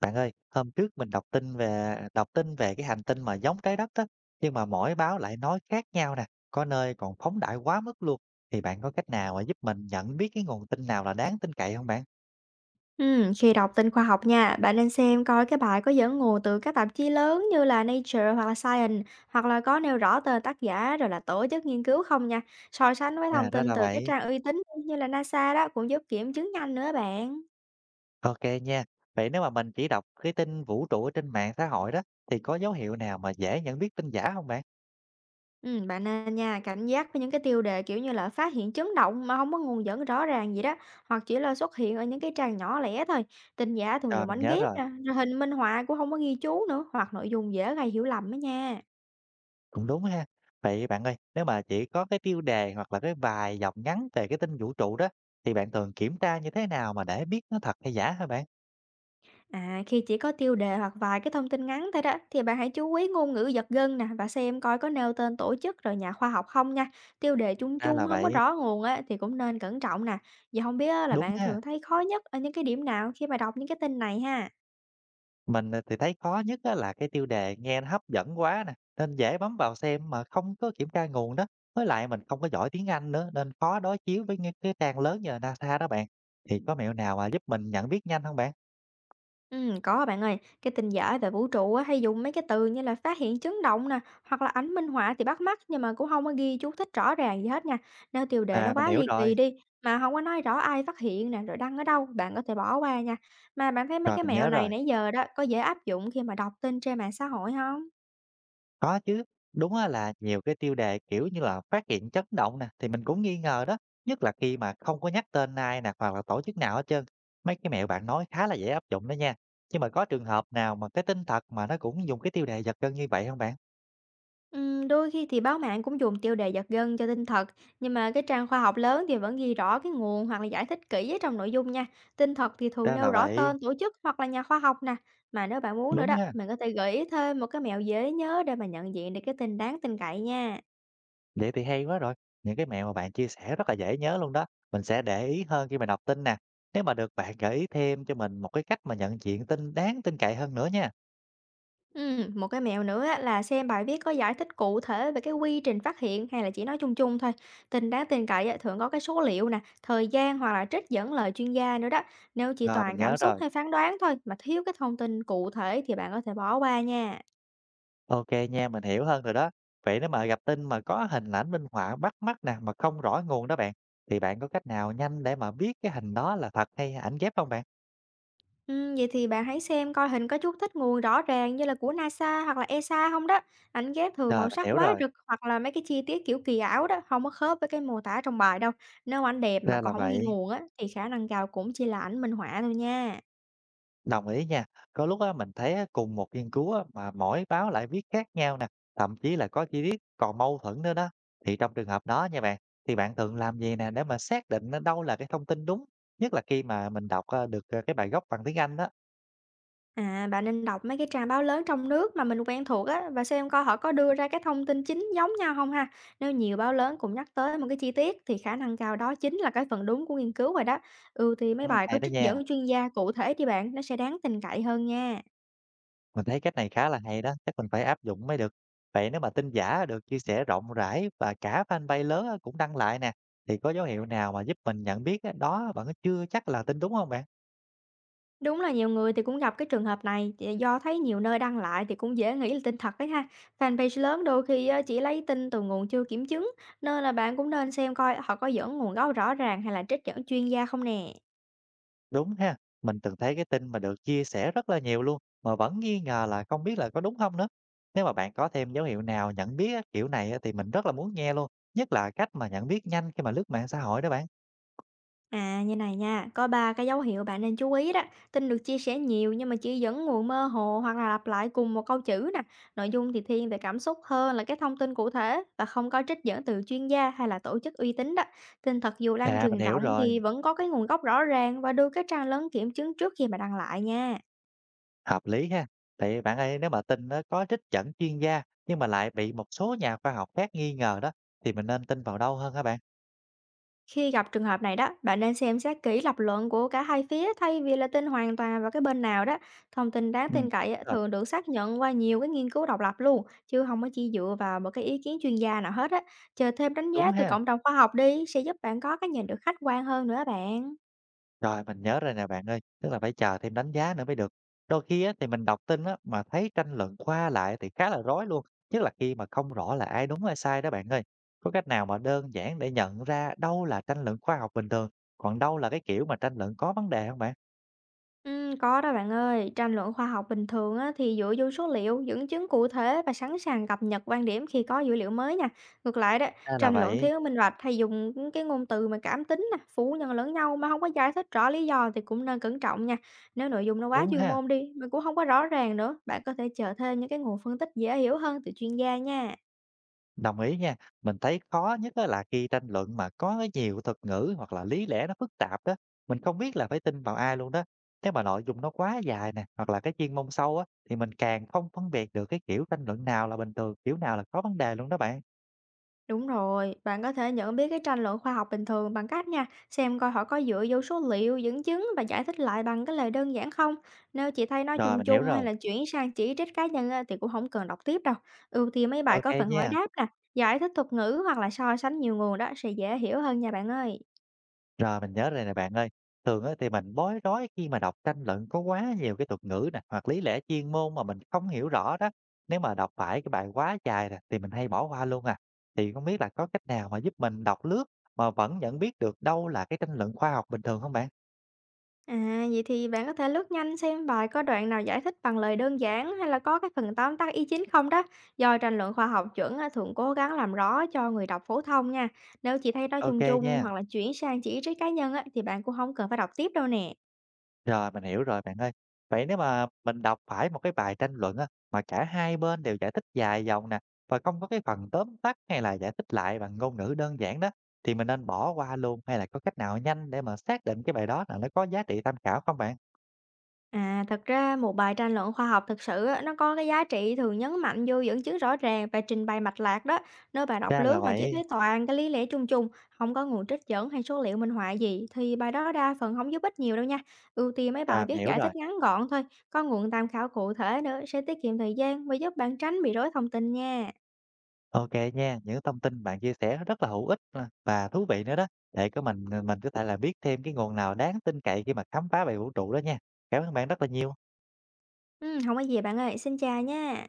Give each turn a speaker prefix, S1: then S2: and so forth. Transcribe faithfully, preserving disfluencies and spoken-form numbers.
S1: Bạn ơi, hôm trước mình đọc tin về đọc tin về cái hành tinh mà giống Trái Đất đó, nhưng mà mỗi báo lại nói khác nhau nè, có nơi còn phóng đại quá mức luôn. Thì bạn có cách nào mà giúp mình nhận biết cái nguồn tin nào là đáng tin cậy không bạn?
S2: Ừm, khi đọc tin khoa học nha, bạn nên xem coi cái bài có dẫn nguồn từ các tạp chí lớn như là Nature hoặc là Science, hoặc là có nêu rõ tên tác giả rồi là tổ chức nghiên cứu không nha. So sánh với
S1: À,
S2: thông
S1: ra
S2: tin
S1: là
S2: từ các
S1: vậy.
S2: trang uy tín như là na sa đó cũng giúp kiểm chứng nhanh nữa bạn.
S1: Ok nha. Vậy nếu mà mình chỉ đọc cái tin vũ trụ ở trên mạng xã hội đó, thì có dấu hiệu nào mà dễ nhận biết tin giả không bạn?
S2: Ừm, bạn nên nha, cảnh giác với những cái tiêu đề kiểu như là phát hiện chấn động mà không có nguồn dẫn rõ ràng gì đó, hoặc chỉ là xuất hiện ở những cái trang nhỏ lẻ thôi. Tin giả thường
S1: Rồi,
S2: dùng
S1: mình
S2: ảnh
S1: nhớ
S2: ghép
S1: rồi.
S2: nè, rồi hình minh họa cũng không có ghi chú nữa, hoặc nội dung dễ gây hiểu lầm đó nha.
S1: Cũng đúng ha. Vậy bạn ơi, nếu mà chỉ có cái tiêu đề hoặc là cái vài dòng ngắn về cái tin vũ trụ đó, thì bạn thường kiểm tra như thế nào mà để biết nó thật hay giả hả bạn?
S2: À, khi chỉ có tiêu đề hoặc vài cái thông tin ngắn thôi đó thì bạn hãy chú ý ngôn ngữ giật gân nè và xem coi có nêu tên tổ chức rồi nhà khoa học không nha. Tiêu đề chung
S1: Ra là
S2: chung không có
S1: vậy,
S2: rõ nguồn á thì cũng nên cẩn trọng nè. Vậy không biết á, là
S1: đúng
S2: bạn
S1: ha.
S2: thường thấy khó nhất ở những cái điểm nào khi mà đọc những cái tin này ha?
S1: Mình, à, thì thấy khó nhất á là cái tiêu đề nghe nó hấp dẫn quá nè, nên dễ bấm vào xem mà không có kiểm tra nguồn đó. Với lại mình không có giỏi tiếng Anh nữa nên khó đối chiếu với những cái trang lớn như là NASA đó bạn. Thì có mẹo nào mà giúp mình nhận biết nhanh không bạn?
S2: Ừm, có bạn ơi, cái tin dở về vũ trụ á, hay dùng mấy cái từ như là phát hiện chấn động nè, hoặc là ảnh minh họa thì bắt mắt nhưng mà cũng không có ghi chú thích rõ ràng gì hết nha. Nếu tiêu đề nó
S1: À, mình
S2: quá
S1: hiểu
S2: ly kỳ
S1: rồi,
S2: đi mà không có nói rõ ai phát hiện nè, rồi đăng ở đâu, bạn có thể bỏ qua nha. Mà bạn thấy mấy
S1: rồi
S2: cái
S1: mình
S2: mẹo
S1: nhớ
S2: này
S1: rồi.
S2: nãy giờ đó có dễ áp dụng khi mà đọc tin trên mạng xã hội không?
S1: Có chứ, đúng á là nhiều cái tiêu đề, kiểu như là, phát hiện chấn động nè, thì mình cũng nghi ngờ đó, nhất là khi mà không có nhắc tên ai nè, hoặc là tổ chức nào hết trơn. Mấy cái mẹo bạn nói khá là dễ áp dụng đó nha. Nhưng mà có trường hợp nào mà cái tin thật mà nó cũng dùng cái tiêu đề giật gân như vậy không bạn?
S2: Ừm, đôi khi thì báo mạng cũng dùng tiêu đề giật gân cho tin thật, nhưng mà cái trang khoa học lớn thì vẫn ghi rõ cái nguồn hoặc là giải thích kỹ ở trong nội dung nha. Tin thật thì thường
S1: Ra
S2: nêu
S1: là
S2: rõ
S1: vậy,
S2: tên, tổ chức hoặc là nhà khoa học nè. Mà nếu bạn muốn nữa
S1: đúng
S2: đó,
S1: ha,
S2: mình có thể gợi ý thêm một cái mẹo dễ nhớ để mà nhận diện được cái tin đáng tin cậy nha.
S1: vậy thì hay quá rồi. Những cái mẹo mà bạn chia sẻ rất là dễ nhớ luôn đó, mình sẽ để ý hơn khi mà đọc tin nè. Nếu mà được bạn gợi ý thêm cho mình một cái cách mà nhận diện tin đáng tin cậy hơn nữa nha.
S2: Ừm, một cái mẹo nữa á, là xem bài viết có giải thích cụ thể về cái quy trình phát hiện hay là chỉ nói chung chung thôi. Tin đáng tin cậy á, thường có cái số liệu nè, thời gian hoặc là trích dẫn lời chuyên gia nữa đó. Nếu chỉ
S1: Rồi, mình
S2: toàn
S1: nhớ
S2: cảm xúc
S1: rồi.
S2: hay phán đoán thôi mà thiếu cái thông tin cụ thể thì bạn có thể bỏ qua nha.
S1: OK nha, mình hiểu hơn rồi đó. Vậy nếu mà gặp tin mà có hình ảnh minh họa bắt mắt nè, mà không rõ nguồn đó bạn, thì bạn có cách nào nhanh để mà biết cái hình đó là thật hay ảnh ghép không bạn?
S2: Ừm, vậy thì bạn hãy xem coi hình có chút thích nguồn rõ ràng như là của na sa hoặc là e ét a không đó. Ảnh ghép thường
S1: Rồi,
S2: màu
S1: mình
S2: sắc
S1: hiểu
S2: quá
S1: rồi,
S2: rực hoặc là mấy cái chi tiết kiểu kỳ ảo đó, không có khớp với cái mô tả trong bài đâu. Nếu ảnh đẹp mà
S1: ra là
S2: còn không ghi
S1: vậy.
S2: nguồn á, thì khả năng cao cũng chỉ là ảnh minh họa thôi nha.
S1: Đồng ý nha. Có lúc á, mình thấy á, cùng một nghiên cứu á, mà mỗi báo lại viết khác nhau nè, thậm chí là có chi tiết còn mâu thuẫn nữa đó. Thì trong trường hợp đó nha bạn, thì bạn thường làm gì nè để mà xác định á, đâu là cái thông tin đúng, nhất là khi mà mình đọc ơ, được, ờ, cái bài gốc bằng tiếng Anh đó?
S2: À, bạn nên đọc mấy cái trang báo lớn trong nước mà mình quen thuộc á và xem coi họ có đưa ra cái thông tin chính giống nhau không ha. Nếu nhiều báo lớn cũng nhắc tới một cái chi tiết thì khả năng cao đó chính là cái phần đúng của nghiên cứu rồi đó. Ừ thì mấy
S1: Ừm,
S2: bài
S1: hay
S2: có
S1: đó
S2: trích
S1: nha.
S2: dẫn chuyên gia cụ thể đi bạn, nó sẽ đáng tin cậy hơn nha.
S1: Mình thấy cách này khá là hay đó, chắc mình phải áp dụng mới được. Vậy nếu mà tin giả được chia sẻ rộng rãi và cả fanpage lớn á cũng đăng lại nè, thì có dấu hiệu nào mà giúp mình nhận biết á, đó bạn chưa chắc là tin đúng không bạn?
S2: Đúng là nhiều người thì cũng gặp cái trường hợp này thì do thấy nhiều nơi đăng lại thì cũng dễ nghĩ là tin thật đấy ha. Fanpage lớn đôi khi ờ, chỉ lấy tin từ nguồn chưa kiểm chứng nên là bạn cũng nên xem coi họ có dẫn nguồn gốc rõ ràng hay là trích dẫn chuyên gia không nè.
S1: Đúng ha, mình từng thấy cái tin mà được chia sẻ rất là nhiều luôn, mà vẫn nghi ngờ là không biết là có đúng không nữa. Nếu mà bạn có thêm dấu hiệu nào nhận biết á, kiểu này á, thì mình rất là muốn nghe luôn, nhất là cách mà nhận biết nhanh khi mà lướt mạng xã hội đó bạn.
S2: À như này nha, có ba cái dấu hiệu bạn nên chú ý đó. Tin được chia sẻ nhiều nhưng mà chỉ dẫn nguồn mơ hồ hoặc là lặp lại cùng một câu chữ nè. Nội dung thì thiên về cảm xúc hơn là cái thông tin cụ thể và không có trích dẫn từ chuyên gia hay là tổ chức uy tín đó. Tin thật dù lan
S1: À, mình
S2: truyền
S1: hiểu
S2: rộng
S1: rồi.
S2: thì vẫn có cái nguồn gốc rõ ràng và đưa cái trang lớn kiểm chứng trước khi mà đăng lại nha.
S1: Hợp lý ha. Tại bạn ơi, nếu mà tin nó có trích dẫn chuyên gia nhưng mà lại bị một số nhà khoa học khác nghi ngờ đó thì mình nên tin vào đâu hơn hả bạn?
S2: Khi gặp trường hợp này đó, bạn nên xem xét kỹ lập luận của cả hai phía thay vì là tin hoàn toàn vào cái bên nào đó. Thông tin
S1: Ừ,
S2: đáng
S1: đúng
S2: tin cậy á,
S1: rồi,
S2: thường được xác nhận qua nhiều cái nghiên cứu độc lập luôn, chứ không có chỉ dựa vào một cái ý kiến chuyên gia nào hết á. Chờ thêm đánh
S1: đúng
S2: giá từ
S1: ha.
S2: cộng đồng khoa học đi sẽ giúp bạn có cái nhìn được khách quan hơn nữa bạn.
S1: Rồi mình nhớ rồi nè bạn ơi, tức là phải chờ thêm đánh giá nữa mới được. Đôi khi á, thì mình đọc tin á, mà thấy tranh luận qua lại thì khá là rối luôn, nhất là khi mà không rõ là ai đúng ai sai đó bạn ơi. Có cách nào mà đơn giản để nhận ra đâu là tranh luận khoa học bình thường, còn đâu là cái kiểu mà tranh luận có vấn đề không bạn?
S2: Ừm, có đó bạn ơi, tranh luận khoa học bình thường á, thì dựa vô số liệu, dẫn chứng cụ thể và sẵn sàng cập nhật quan điểm khi có dữ liệu mới nha. Ngược lại đó,
S1: Ra là
S2: tranh luận
S1: vậy,
S2: thiếu minh bạch hay dùng những cái ngôn từ mà cảm tính nè, phủ nhận lẫn nhau mà không có giải thích rõ lý do thì cũng nên cẩn trọng nha. Nếu nội dung nó quá
S1: đúng
S2: chuyên
S1: ha.
S2: môn đi, mà cũng không có rõ ràng nữa, bạn có thể chờ thêm những cái nguồn phân tích dễ hiểu hơn từ chuyên gia nha.
S1: Đồng ý nha, mình thấy khó nhất á là khi tranh luận mà có cái nhiều thuật ngữ hoặc là lý lẽ nó phức tạp đó, mình không biết là phải tin vào ai luôn đó. Nếu mà nội dung nó quá dài nè, hoặc là cái chuyên môn sâu á, thì mình càng không phân biệt được cái kiểu tranh luận nào là bình thường, kiểu nào là có vấn đề luôn đó bạn.
S2: Đúng rồi, bạn có thể nhận biết cái tranh luận khoa học bình thường bằng cách nha, xem coi họ có dựa vô số liệu, dẫn chứng và giải thích lại bằng cái lời đơn giản không. Nếu chỉ thấy nói
S1: Rồi,
S2: chung
S1: mình hiểu
S2: chung hay
S1: rồi.
S2: là chuyển sang chỉ trích cá nhân á, thì cũng không cần đọc tiếp đâu. Ưu tiên mấy bài
S1: Ok
S2: có phần hỏi
S1: nha.
S2: đáp nè, giải thích thuật ngữ hoặc là so sánh nhiều nguồn đó sẽ dễ hiểu hơn nha bạn ơi.
S1: Rồi mình nhớ rồi nè bạn ơi, thường á thì mình bối rối khi mà đọc tranh luận có quá nhiều cái thuật ngữ nè, hoặc lý lẽ chuyên môn mà mình không hiểu rõ đó. Nếu mà đọc phải cái bài quá dài nè thì mình hay bỏ qua luôn à. Thì không biết là có cách nào mà giúp mình đọc lướt mà vẫn nhận biết được đâu là cái tranh luận khoa học bình thường không bạn?
S2: À, vậy thì bạn có thể lướt nhanh xem bài có đoạn nào giải thích bằng lời đơn giản hay là có cái phần tóm tắt ý chính không đó. Do tranh luận khoa học chuẩn á, thường cố gắng làm rõ cho người đọc phổ thông nha. Nếu chỉ thấy nói
S1: Ok
S2: chung chung
S1: nha.
S2: hoặc là chuyển sang chỉ trích cá nhân á, thì bạn cũng không cần phải đọc tiếp đâu nè.
S1: Rồi, mình hiểu rồi bạn ơi. Vậy nếu mà mình đọc phải một cái bài tranh luận á, mà cả hai bên đều giải thích dài dòng nè, và không có cái phần tóm tắt hay là giải thích lại bằng ngôn ngữ đơn giản đó, thì mình nên bỏ qua luôn hay là có cách nào nhanh để mà xác định cái bài đó là nó có giá trị tham khảo không bạn?
S2: À, thật ra một bài tranh luận khoa học thực sự á, nó có cái giá trị thường nhấn mạnh vô dẫn chứng rõ ràng và trình bày mạch lạc đó. Nếu bạn đọc
S1: Ra là
S2: lướt mà chỉ
S1: vậy.
S2: thấy toàn cái lý lẽ chung chung, không có nguồn trích dẫn hay số liệu minh họa gì thì bài đó đa phần không giúp ích nhiều đâu nha. Ưu tiên mấy bài
S1: Rồi, mình
S2: viết
S1: hiểu
S2: giải
S1: rồi.
S2: thích ngắn gọn thôi, có nguồn tham khảo cụ thể nữa sẽ tiết kiệm thời gian và giúp bạn tránh bị rối thông tin nha.
S1: Ok nha, những thông tin bạn chia sẻ rất là hữu ích nè và thú vị nữa đó. Để có mình mình có thể là biết thêm cái nguồn nào đáng tin cậy khi mà khám phá về vũ trụ đó nha. Cảm ơn bạn rất là nhiều.
S2: Ừ, không có gì bạn ơi, xin chào nha.